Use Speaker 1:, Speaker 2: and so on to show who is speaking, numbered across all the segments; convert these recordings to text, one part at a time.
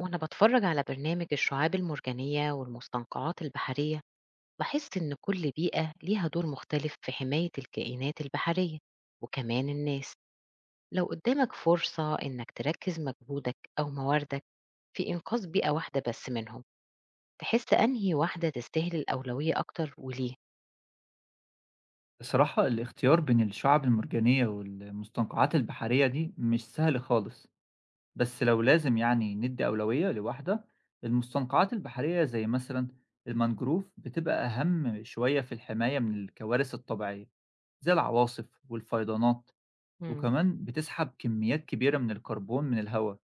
Speaker 1: وأنا بتفرج على برنامج الشعاب المرجانية والمستنقعات البحرية، بحس إن كل بيئة ليها دور مختلف في حماية الكائنات البحرية وكمان الناس. لو قدامك فرصة إنك تركز مجهودك أو مواردك في إنقاذ بيئة واحدة بس منهم، تحس أنهي واحدة تستاهل الأولوية أكتر وليه؟
Speaker 2: بصراحة الاختيار بين الشعب المرجانية والمستنقعات البحرية دي مش سهل خالص. بس لو لازم يعني ندي أولوية لواحدة، المستنقعات البحرية زي مثلا المانجروف بتبقى أهم شوية في الحماية من الكوارث الطبيعية زي العواصف والفيضانات.
Speaker 1: مم.
Speaker 2: وكمان بتسحب كميات كبيرة من الكربون من الهواء،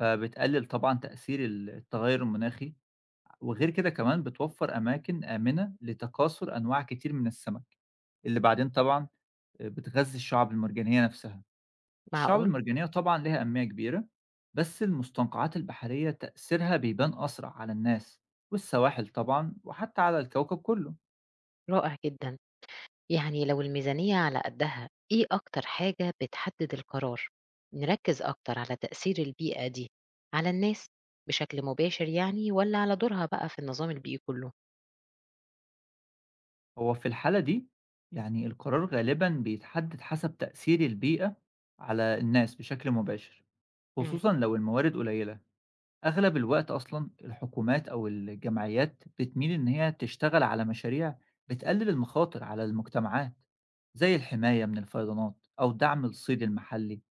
Speaker 2: فبتقلل طبعا تأثير التغير المناخي. وغير كده كمان بتوفر أماكن آمنة لتكاثر أنواع كتير من السمك اللي بعدين طبعا بتغذّي الشعب المرجانية نفسها. الشعب
Speaker 1: معقول؟
Speaker 2: المرجانية طبعًا ليها أهمية كبيرة، بس المستنقعات البحرية تأثيرها بيبان أسرع على الناس والسواحل طبعًا وحتى على الكوكب كُلّه.
Speaker 1: رائع جدا. يعني لو الميزانية على قدها، إيه أكتر حاجة بتحدد القرار؟ نركز أكتر على تأثير البيئة دي على الناس بشكل مباشر يعني، ولا على دورها بقى في النظام البيئي كله؟
Speaker 2: هو في الحالة دي، يعني القرار غالبًا بيتحدد حسب تأثير البيئة على الناس بشكل مباشر،
Speaker 1: مم.
Speaker 2: خصوصًا لو الموارد قليلة. أغلب الوقت أصلًا الحكومات أو الجمعيات بتميل إن هي تشتغل على مشاريع بتقلل المخاطر على المجتمعات، زي الحماية من الفيضانات أو دعم الصيد المحلي،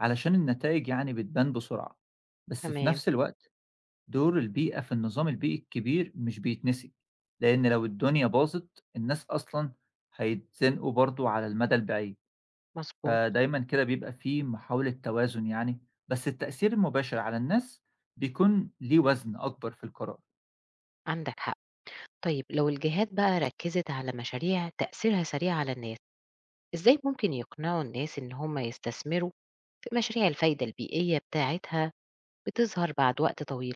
Speaker 2: علشان النتائج يعني بتبان بسرعة. بس في
Speaker 1: تمام.
Speaker 2: نفس الوقت دور البيئة في النظام البيئي الكبير مش بيتنسي، لأن لو الدنيا باظت الناس أصلًا هيتزنقوا برضه على المدى البعيد.
Speaker 1: مظبوط.
Speaker 2: فدايمًا كده بيبقى في محاولة توازن يعني، بس التأثير المباشر على الناس بيكون ليه وزن أكبر في القرار.
Speaker 1: عندك حق. طيب لو الجهات بقى ركزت على مشاريع تأثيرها سريع على الناس، إزاي ممكن يقنعوا الناس إن هم يستثمروا في مشاريع الفايدة البيئية بتاعتها بتظهر بعد وقت طويل؟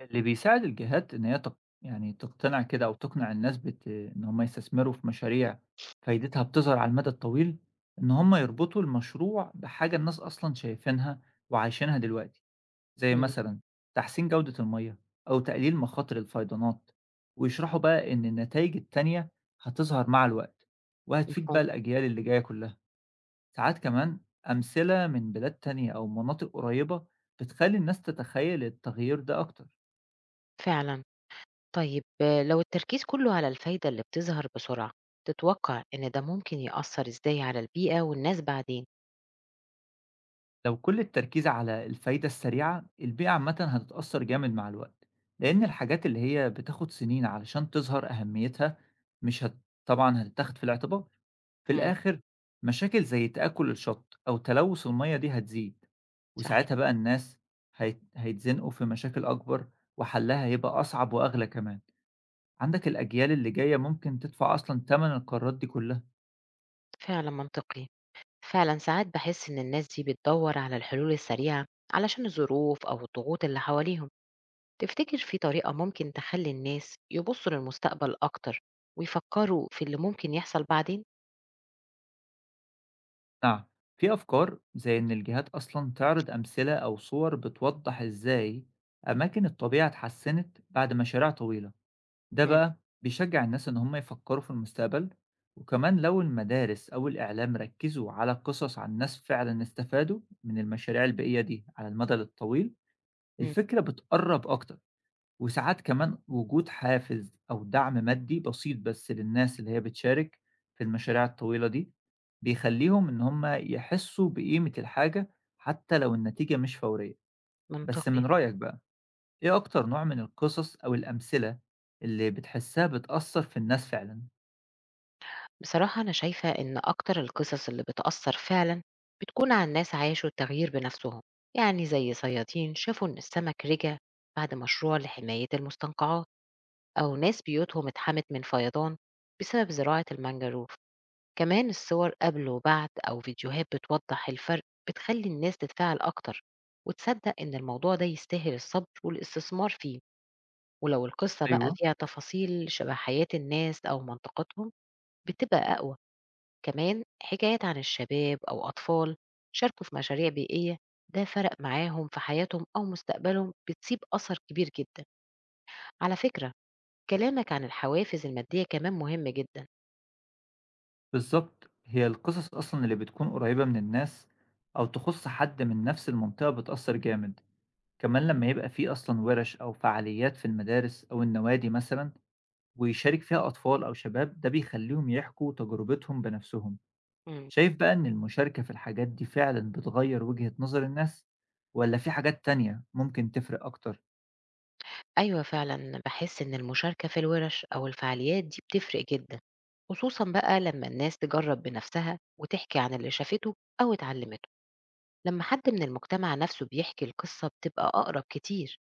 Speaker 2: اللي بيساعد الجهات إن هي يعني تقتنع كده أو تقنع الناس إن هم يستثمروا في مشاريع فايدتها بتظهر على المدى الطويل، إن هم يربطوا المشروع بحاجة الناس أصلًا شايفينها وعايشينها دلوقتي، زي
Speaker 1: مم.
Speaker 2: مثلًا تحسين جودة المَيّة أو تقليل مخاطر الفيضانات، ويشرحوا بقى إن النتايج التانية هتظهر مع الوقت، وهتفيد بقى
Speaker 1: مفهوم.
Speaker 2: الأجيال اللي جاية كلها. ساعات كمان أمثلة من بلاد تانية أو مناطق قريبة بتخلي الناس تتخيل التغيير ده أكتر.
Speaker 1: فعلا. طيب آه، لو التركيز كله على الفايدة اللي بتظهر بسرعة، تتوقع إن ده ممكن يأثر إزاي على البيئة والناس بعدين؟
Speaker 2: لو كل التركيز على الفايدة السريعة، البيئة عامة هتتأثر جامد مع الوقت، لأن الحاجات اللي هي بتاخد سنين علشان تظهر أهميتها مش هت... طبعا هتتاخد في الاعتبار في
Speaker 1: مم.
Speaker 2: الآخر. مشاكل زي تآكل الشط أو تلوث المية دي هتزيد،
Speaker 1: صحيح.
Speaker 2: وساعتها بقى الناس هيتزنقوا في مشاكل أكبر، وحلها هيبقى أصعب وأغلى كمان. عندك الأجيال اللي جاية ممكن تدفع أصلًا تمن القرارات دي كلها.
Speaker 1: فعلا منطقي. فعلا ساعات بحس إن الناس دي بتدور على الحلول السريعة علشان الظروف أو الضغوط اللي حواليهم. تفتكر في طريقة ممكن تخلي الناس يبصوا للمستقبل أكتر ويفكروا في اللي ممكن يحصل بعدين؟
Speaker 2: نعم، في أفكار زي إن الجهات أصلًا تعرض أمثلة أو صور بتوضح إزاي أماكن الطبيعة اتحسنت بعد مشاريع طويلة، ده
Speaker 1: مم.
Speaker 2: بقى بيشجع الناس إن هم يفكروا في المستقبل. وكمان لو المدارس أو الإعلام ركزوا على قصص عن ناس فعلًا استفادوا من المشاريع البيئية دي على المدى الطويل،
Speaker 1: مم.
Speaker 2: الفكرة بتقرب أكتر. وساعات كمان وجود حافز أو دعم مادي بسيط بس للناس اللي هي بتشارك في المشاريع الطويلة دي بيخليهم إن هم يحسوا بقيمة الحاجة حتى لو النتيجة مش فورية. بس
Speaker 1: منطقي.
Speaker 2: من رأيك بقى إيه أكتر نوع من القصص أو الأمثلة اللي بتحسها بتأثر في الناس فعلا؟
Speaker 1: بصراحة أنا شايفة إن أكتر القصص اللي بتأثر فعلا بتكون عن ناس عاشوا التغيير بنفسهم. يعني زي صيادين شافوا إن السمك رجع بعد مشروع لحماية المستنقعات، أو ناس بيوتهم اتحمت من فيضان بسبب زراعة المانجروف. كمان الصور قبل وبعد أو فيديوهات بتوضح الفرق بتخلي الناس تتفاعل أكتر، وتصدق إن الموضوع ده يستاهل الصبر والاستثمار فيه. ولو القصة بقى
Speaker 2: أيوه،
Speaker 1: فيها تفاصيل شبه حياة الناس أو منطقتهم، بتبقى أقوى. كمان حكايات عن الشباب أو أطفال شاركوا في مشاريع بيئية، ده فرق معاهم في حياتهم أو مستقبلهم، بتسيب أثر كبير جدا. على فكرة، كلامك عن الحوافز المادية كمان مهم جدا.
Speaker 2: بالظبط هي القصص أصلا اللي بتكون قريبة من الناس أو تخص حد من نفس المنطقة بتأثر جامد. كمان لما يبقى في أصلا ورش أو فعاليات في المدارس أو النوادي مثلا ويشارك فيها أطفال أو شباب، ده بيخليهم يحكوا تجربتهم بنفسهم.
Speaker 1: مم.
Speaker 2: شايف بقى إن المشاركة في الحاجات دي فعلا بتغير وجهة نظر الناس، ولا في حاجات تانية ممكن تفرق أكتر؟
Speaker 1: أيوة فعلا بحس إن المشاركة في الورش أو الفعاليات دي بتفرق جدا، خصوصا بقى لما الناس تجرب بنفسها وتحكي عن اللي شافته أو اتعلمته. لما حد من المجتمع نفسه بيحكي القصة بتبقى أقرب كتير،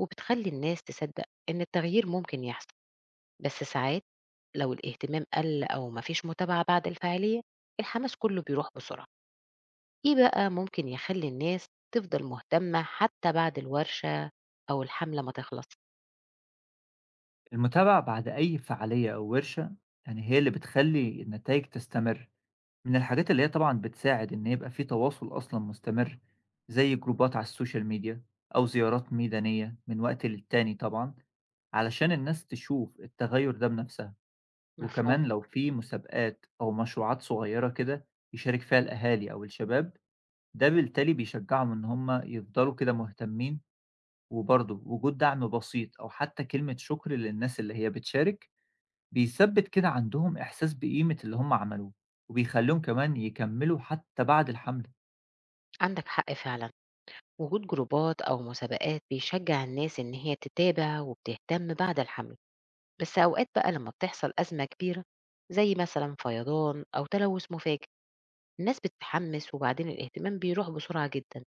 Speaker 1: وبتخلي الناس تصدق إن التغيير ممكن يحصل. بس ساعات لو الاهتمام قل أو مفيش متابعة بعد الفعالية، الحماس كله بيروح بسرعة. إيه بقى ممكن يخلي الناس تفضل مهتمة حتى بعد الورشة أو الحملة ما تخلص؟
Speaker 2: المتابعة بعد أي فعالية أو ورشة، يعني هي اللي بتخلي النتائج تستمر. من الحاجات اللي هي طبعا بتساعد إن يبقى في تواصل أصلا مستمر، زي جروبات على السوشيال ميديا أو زيارات ميدانية من وقت للتاني طبعا، علشان الناس تشوف التغير ده بنفسها.
Speaker 1: مفهوم.
Speaker 2: وكمان لو في مسابقات أو مشروعات صغيرة كده يشارك فيها الأهالي أو الشباب، ده بالتالي بيشجعهم إن هم يفضلوا كده مهتمين. وبرضه وجود دعم بسيط أو حتى كلمة شكر للناس اللي هي بتشارك بيثبت كده عندهم إحساس بقيمة اللي هم عملوه، وبيخليهم كمان يكملوا حتى بعد الحملة.
Speaker 1: عندك حق فعلا، وجود جروبات أو مسابقات بيشجع الناس إن هي تتابع وبتهتم بعد الحملة. بس أوقات بقى لما بتحصل أزمة كبيرة، زي مثلا فيضان أو تلوث مفاجئ، الناس بتتحمس وبعدين الاهتمام بيروح بسرعة جدا.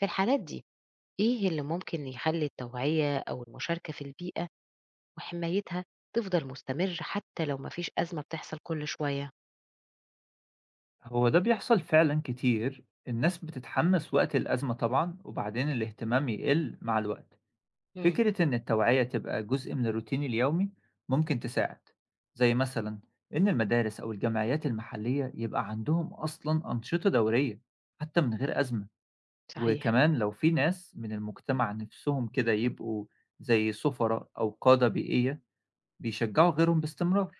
Speaker 1: في الحالات دي، إيه اللي ممكن يخلي التوعية أو المشاركة في البيئة وحمايتها تفضل مستمر حتى لو مفيش أزمة بتحصل كل شوية؟
Speaker 2: هو ده بيحصل فعلا كتير. الناس بتتحمس وقت الأزمة طبعا، وبعدين الاهتمام يقل مع الوقت.
Speaker 1: امم.
Speaker 2: فكرة إن التوعية تبقى جزء من الروتين اليومي ممكن تساعد، زي مثلا إن المدارس أو الجمعيات المحلية يبقى عندهم أصلا أنشطة دورية حتى من غير أزمة.
Speaker 1: صحيح.
Speaker 2: وكمان لو في ناس من المجتمع نفسهم كده يبقوا زي سفراء أو قادة بيئية بيشجعوا غيرهم باستمرار،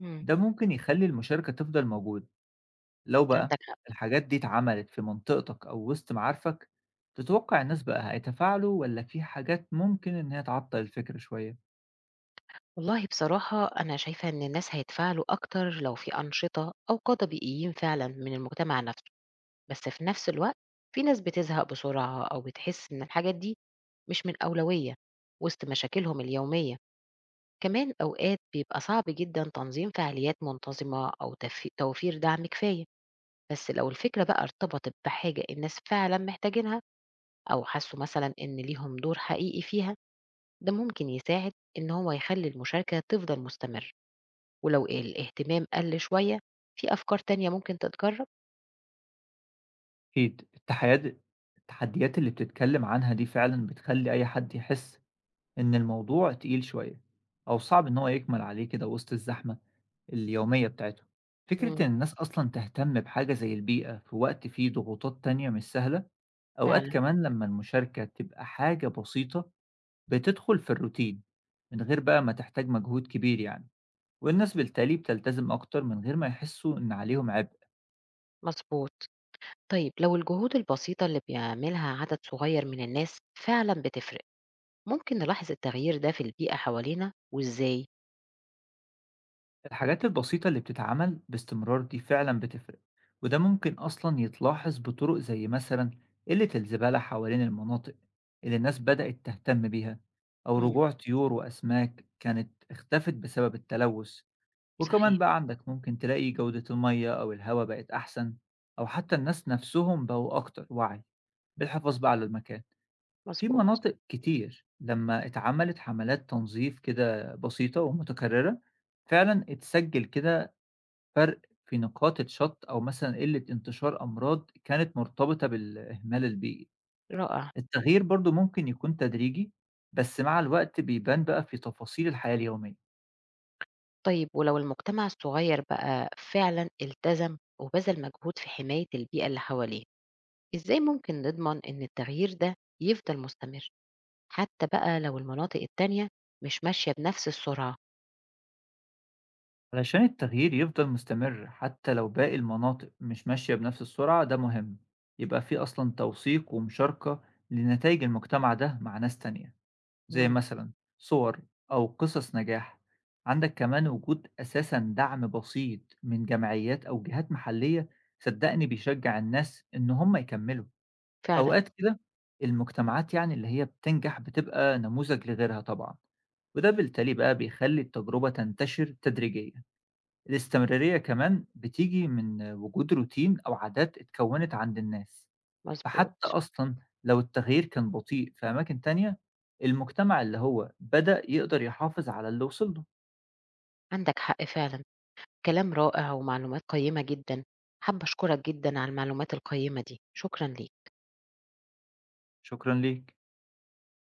Speaker 1: امم.
Speaker 2: ده ممكن يخلي المشاركة تفضل موجودة. لو بقى
Speaker 1: عندك حق.
Speaker 2: الحاجات دي اتعملت في منطقتك أو وسط معارفك، تتوقع الناس بقى هيتفاعلوا، ولا في حاجات ممكن إن هي تعطل الفكرة شوية؟
Speaker 1: والله بصراحة أنا شايفة إن الناس هيتفاعلوا أكتر لو في أنشطة أو قادة بيئيين فعلا من المجتمع نفسه. بس في نفس الوقت، في ناس بتزهق بسرعة أو بتحس إن الحاجات دي مش من أولوية وسط مشاكلهم اليومية. كمان أوقات بيبقى صعب جدا تنظيم فعاليات منتظمة أو توفير دعم كفاية. بس لو الفكرة بقى ارتبطت بحاجة الناس فعلا محتاجينها، أو حسوا مثلا إن ليهم دور حقيقي فيها، ده ممكن يساعد إن هو يخلي المشاركة تفضل مستمر. ولو الاهتمام قل شوية، في أفكار تانية ممكن تتجرب؟
Speaker 2: أكيد. التحديات اللي بتتكلّم عنها دي فعلًا بتخلّي أي حد يحس إن الموضوع تقيل شوية أو صعب إن هو يكمل عليه كده وسط الزحمة اليومية بتاعتهم.
Speaker 1: مم.
Speaker 2: فكرة إن الناس أصلًا تهتم بحاجة زي البيئة في وقت فيه ضغوطات تانية مش سهلة. أوقات
Speaker 1: فعلا.
Speaker 2: كمان لمّا المشاركة تبقى حاجة بسيطة بتدخل في الروتين من غير بقى ما تحتاج مجهود كبير يعني، والناس بالتالي بتلتزم أكتر من غير ما يحسّوا إن عليهم عبء.
Speaker 1: مظبوط. طيب لو الجهود البسيطة اللي بيعملها عدد صغير من الناس فعلا بتفرق، ممكن نلاحظ التغيير ده في البيئة حوالينا وإزاي؟
Speaker 2: الحاجات البسيطة اللي بتتعمل باستمرار دي فعلا بتفرق، وده ممكن أصلا يتلاحظ بطرق زي مثلا قلة الزبالة حوالين المناطق اللي الناس بدأت تهتم بيها، أو
Speaker 1: مم.
Speaker 2: رجوع طيور وأسماك كانت اختفت بسبب التلوث. وكمان
Speaker 1: صحيح.
Speaker 2: بقى عندك ممكن تلاقي جودة المية أو الهواء بقت أحسن، أو حتى الناس نفسهم بقوا أكتر وعي بالحفاظ بقى على المكان. في
Speaker 1: مظبوط.
Speaker 2: مناطق كتير لمّا اتعملت حملات تنظيف كده بسيطة ومتكررة، فعلًا اتسجل كده فرق في نقاط الشط أو مثلًا قلة انتشار أمراض كانت مرتبطة بالإهمال البيئي.
Speaker 1: رائع.
Speaker 2: التغيير برضه ممكن يكون تدريجي، بس مع الوقت بيبان بقى في تفاصيل الحياة اليومية.
Speaker 1: طيب ولو المجتمع الصغير بقى فعلا التزم وبذل مجهود في حماية البيئة اللي حواليه، إزاي ممكن نضمن إن التغيير ده يفضل مستمر، حتى بقى لو المناطق التانية مش ماشية بنفس السرعة؟
Speaker 2: علشان التغيير يفضل مستمر حتى لو باقي المناطق مش ماشية بنفس السرعة ده مهم، يبقى في أصلًا توثيق ومشاركة لنتايج المجتمع ده مع ناس تانية. زي
Speaker 1: مم.
Speaker 2: مثلا صور أو قصص نجاح. عندك كمان وجود أساسا دعم بسيط من جمعيات أو جهات محلية صدقني بيشجع الناس إن هم يكملوا.
Speaker 1: فعلا.
Speaker 2: أوقات كده المجتمعات يعني اللي هي بتنجح بتبقى نموذج لغيرها طبعا، وده بالتالي بقى بيخلي التجربة تنتشر تدريجيا. الاستمرارية كمان بتيجي من وجود روتين أو عادات اتكونت عند الناس. فحتى
Speaker 1: مظبوط.
Speaker 2: أصلًا لو التغيير كان بطيء في أماكن تانية، المجتمع اللي هو بدأ يقدر يحافظ على اللي وصل له.
Speaker 1: عندك حق فعلا. كلام رائع ومعلومات قيمة جدا. حابة أشكرك جدا على المعلومات القيمة دي، شكرا ليك.
Speaker 2: شكرًا ليك.